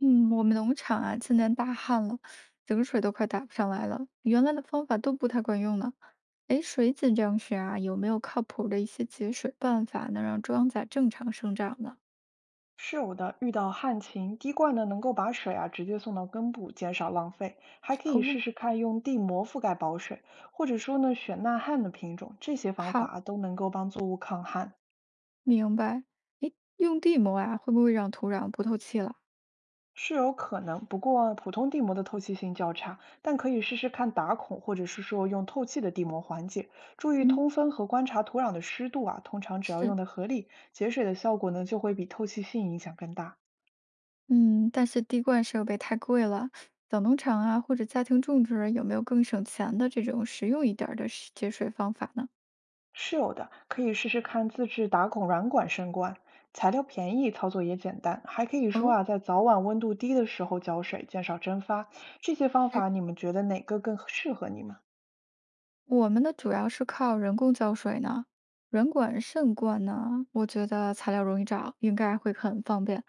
嗯，我们农场啊，今年大旱了，井水都快打不上来了，原来的方法都不太管用呢。哎，水井这样时啊，有没有靠谱的一些节水办法，能让庄稼正常生长呢？是有的，遇到旱情，滴灌呢能够把水啊直接送到根部，减少浪费。还可以哦，试试看用地膜覆盖保水，或者说呢选耐旱的品种，这些方法好，啊都能够帮作物抗旱，明白。哎，用地膜啊，会不会让土壤不透气了？是有可能。不过普通地膜的透气性较差，但可以试试看打孔，或者是说用透气的地膜缓解。注意嗯，通风和观察土壤的湿度啊，通常只要是，用的合理，节水的效果呢就会比透气性影响更大。嗯，但是滴灌设备太贵了，小农场啊，或者家庭种植，有没有更省钱的这种实用一点儿的节水方法呢？是有的，可以试试看自制打孔软管升罐，材料便宜，操作也简单，还可以说哦。啊，在早晚温度低的时候浇水，减少蒸发。这些方法你们觉得哪个更适合你们？我们的主要是靠人工浇水呢，软管渗灌呢，我觉得材料容易找，应该会很方便。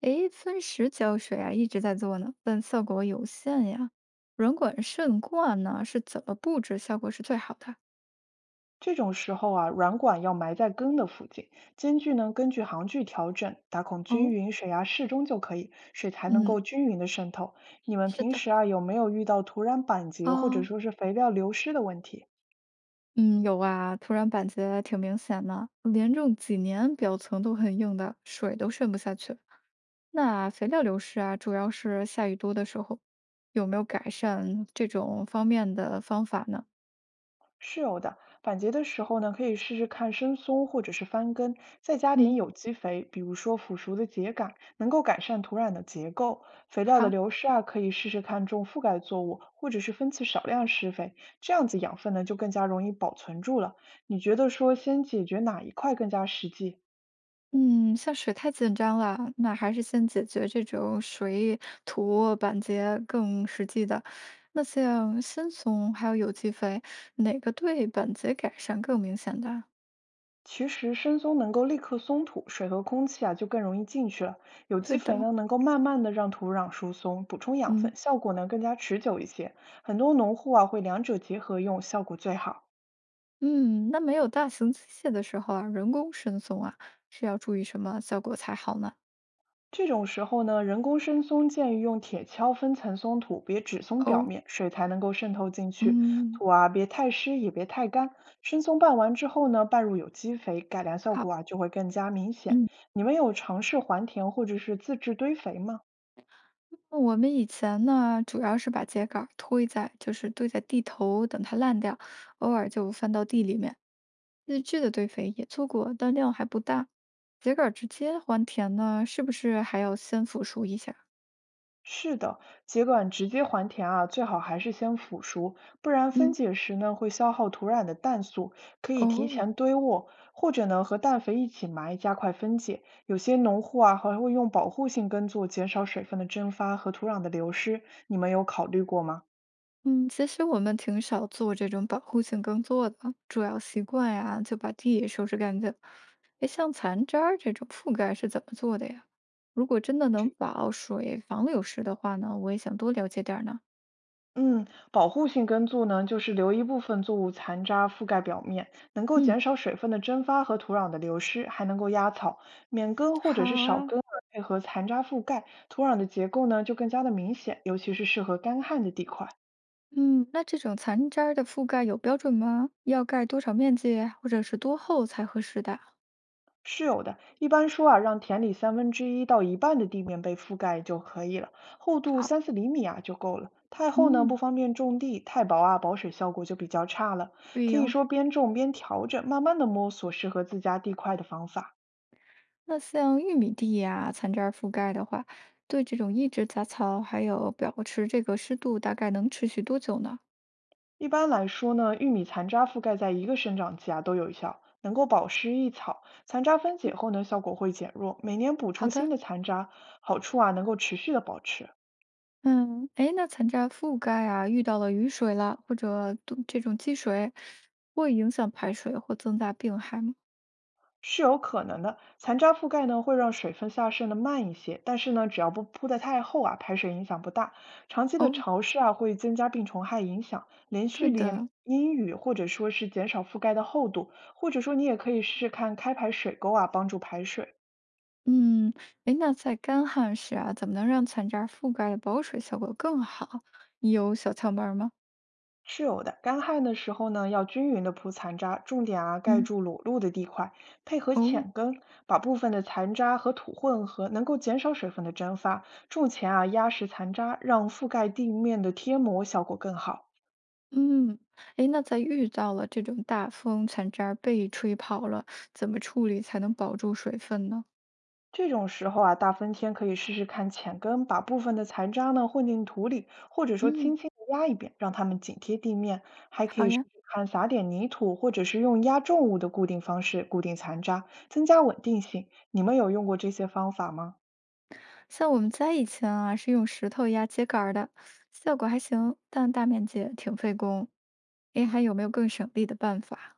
诶，分时浇水啊，一直在做呢，但效果有限呀。软管渗灌呢是怎么布置效果是最好的？这种时候啊，软管要埋在根的附近，间距呢根据行距调整，打孔均哦，匀，水压适中就可以，水才能嗯，够均匀的渗透。你们是平的，时啊有没有遇到土壤板结或者啊，说是肥料流失的问题？嗯，有啊，土壤板结挺明显的，连种几年表层都很硬的，水都渗不下去。那肥料流失啊，主要是下雨多的时候，有没有改善这种方面的方法呢？是有的，反节的时候呢，可以试试看深松或者是翻耕，再加点嗯，有机肥，比如说腐熟的秸秆，能够改善土壤的结构。肥料的好，流失啊，可以试试看种覆盖作物，或者是分次少量施肥，这样子养分呢就更加容易保存住了。你觉得说先解决哪一块更加实际？嗯，像水太紧张了，那还是先解决这种水土板结更实际的。那像新松还有有机肥，哪个对板结改善更明显的？其实深松能够立刻松土，水和空气啊就更容易进去了。有对机肥的，呢，能够慢慢的让土壤疏松，补充养嗯分，效果呢更加持久一些。很多农户啊会两者结合用，效果最好。嗯，那没有大型机械的时候啊，人工深松啊，是要注意什么效果才好呢？这种时候呢，人工深松建议用铁锹分层松土，别只松表哦，面，水才能够渗透进去。嗯，土啊别太湿，也别太干。深松拌完之后呢，拌入有机肥，改良效好，果啊就会更加明显。嗯。你们有尝试还田或者是自制堆肥吗？我们以前呢，主要是把秸秆儿推在，就是堆在地头，等它烂掉，偶尔就翻到地里面。日剧的堆肥也做过，但量还不大。秸秆儿直接还田呢，是不是还要先腐熟一下？是的，秸秆直接还田啊，最好还是先腐熟，不然分嗯，解时呢会消耗土壤的氮素，可以提哦，前堆沃，或者呢和氮肥一起埋，加快分解。有些农户啊还会用保护性耕作，减少水分的蒸发和土壤的流失。你们有考虑过吗？嗯，其实我们挺少做这种保护性耕作的，主要习惯呀，就把地收拾干净。哎，像残渣儿这种覆盖是怎么做的呀？如果真的能保水、防流失的话呢，我也想多了解点儿呢。嗯，保护性耕作呢，就是留一部分作物残渣覆盖表面，能够嗯。减少水分的蒸发和土壤的流失，还能够压草。免耕或好者是少啊，耕啊配合残渣覆盖，土壤的结构呢就更加的明显，尤其是适合干旱的地块。嗯，那这种残渣儿的覆盖有标准吗？要盖多少面积，或者是多厚才合适的？是有的，一般说啊，让田里三分之一到一半的地面被覆盖就可以了，厚度好，3~4厘米啊就够了。太厚呢不嗯，方便种地，太薄啊保水效果就比较差了。对可以哟。说边种边调整，慢慢的摸索适合自家地块的方法。那像玉米地呀、残渣儿覆盖的话，对这种抑制杂草还有保持这个湿度，大概能持续多久呢？一般来说呢，玉米残渣覆盖在一个生长期啊都有效，能够保湿益草。残渣分嗯，解后呢，效果会减弱，每年补好充新的。的残渣，好处啊能够持续的保持。嗯，哎，那残渣覆盖啊，遇到了雨水了，或者都这种积水，会影响排水或增大病害吗？是有可能的，残渣覆盖呢会让水分下渗的慢一些，但是呢，只要不铺得太厚啊，排水影响不大。长期的哦，潮湿啊会增加病虫害影响，连对续淋的，阴雨或者说是减少覆盖的厚度，或者说你也可以试试看开排水沟啊，帮助排水。嗯，哎，那在干旱时啊，怎么能让残渣覆盖的保水效果更好？你有小窍门儿吗？是有的，干旱的时候呢，要均匀的铺残渣，重点啊盖嗯，住裸露的地块，配合哦，浅耕，把部分的残渣和土混合，能够减少水分的蒸发。种前啊压实残渣，让覆盖地面的贴膜效果更好。嗯，哎，那在遇到了这种大风，残渣儿被吹跑了，怎么处理才能保住水分呢？这种时候啊，大风天可以试试看浅耕，把部分的残渣呢混进土里，或者说嗯，轻轻的压一遍，让它们紧贴地面。还可好以试呀，试看撒点泥土，或者是用压重物的固定方式固定残渣，增加稳定性。你们有用过这些方法吗？像我们家以前啊是用石头压秸秆儿的，效果还行，但大面积挺费工。哎，还有没有更省力的办法？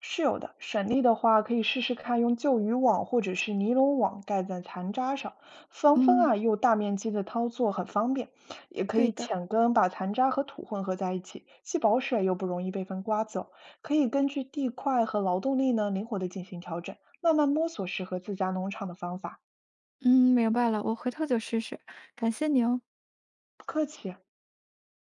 是有的，省力的话可以试试看用旧渔网或者是尼龙网盖在残渣上，防风嗯，啊又大面积的操作很方便。也可对以的。浅耕，把残渣和土混合在一起，既保水又不容易被风刮走。可以根据地块和劳动力呢，灵活的进行调整，慢慢摸索适合自家农场的方法。嗯，明白了，我回头就试试。感谢你哦。不客气啊。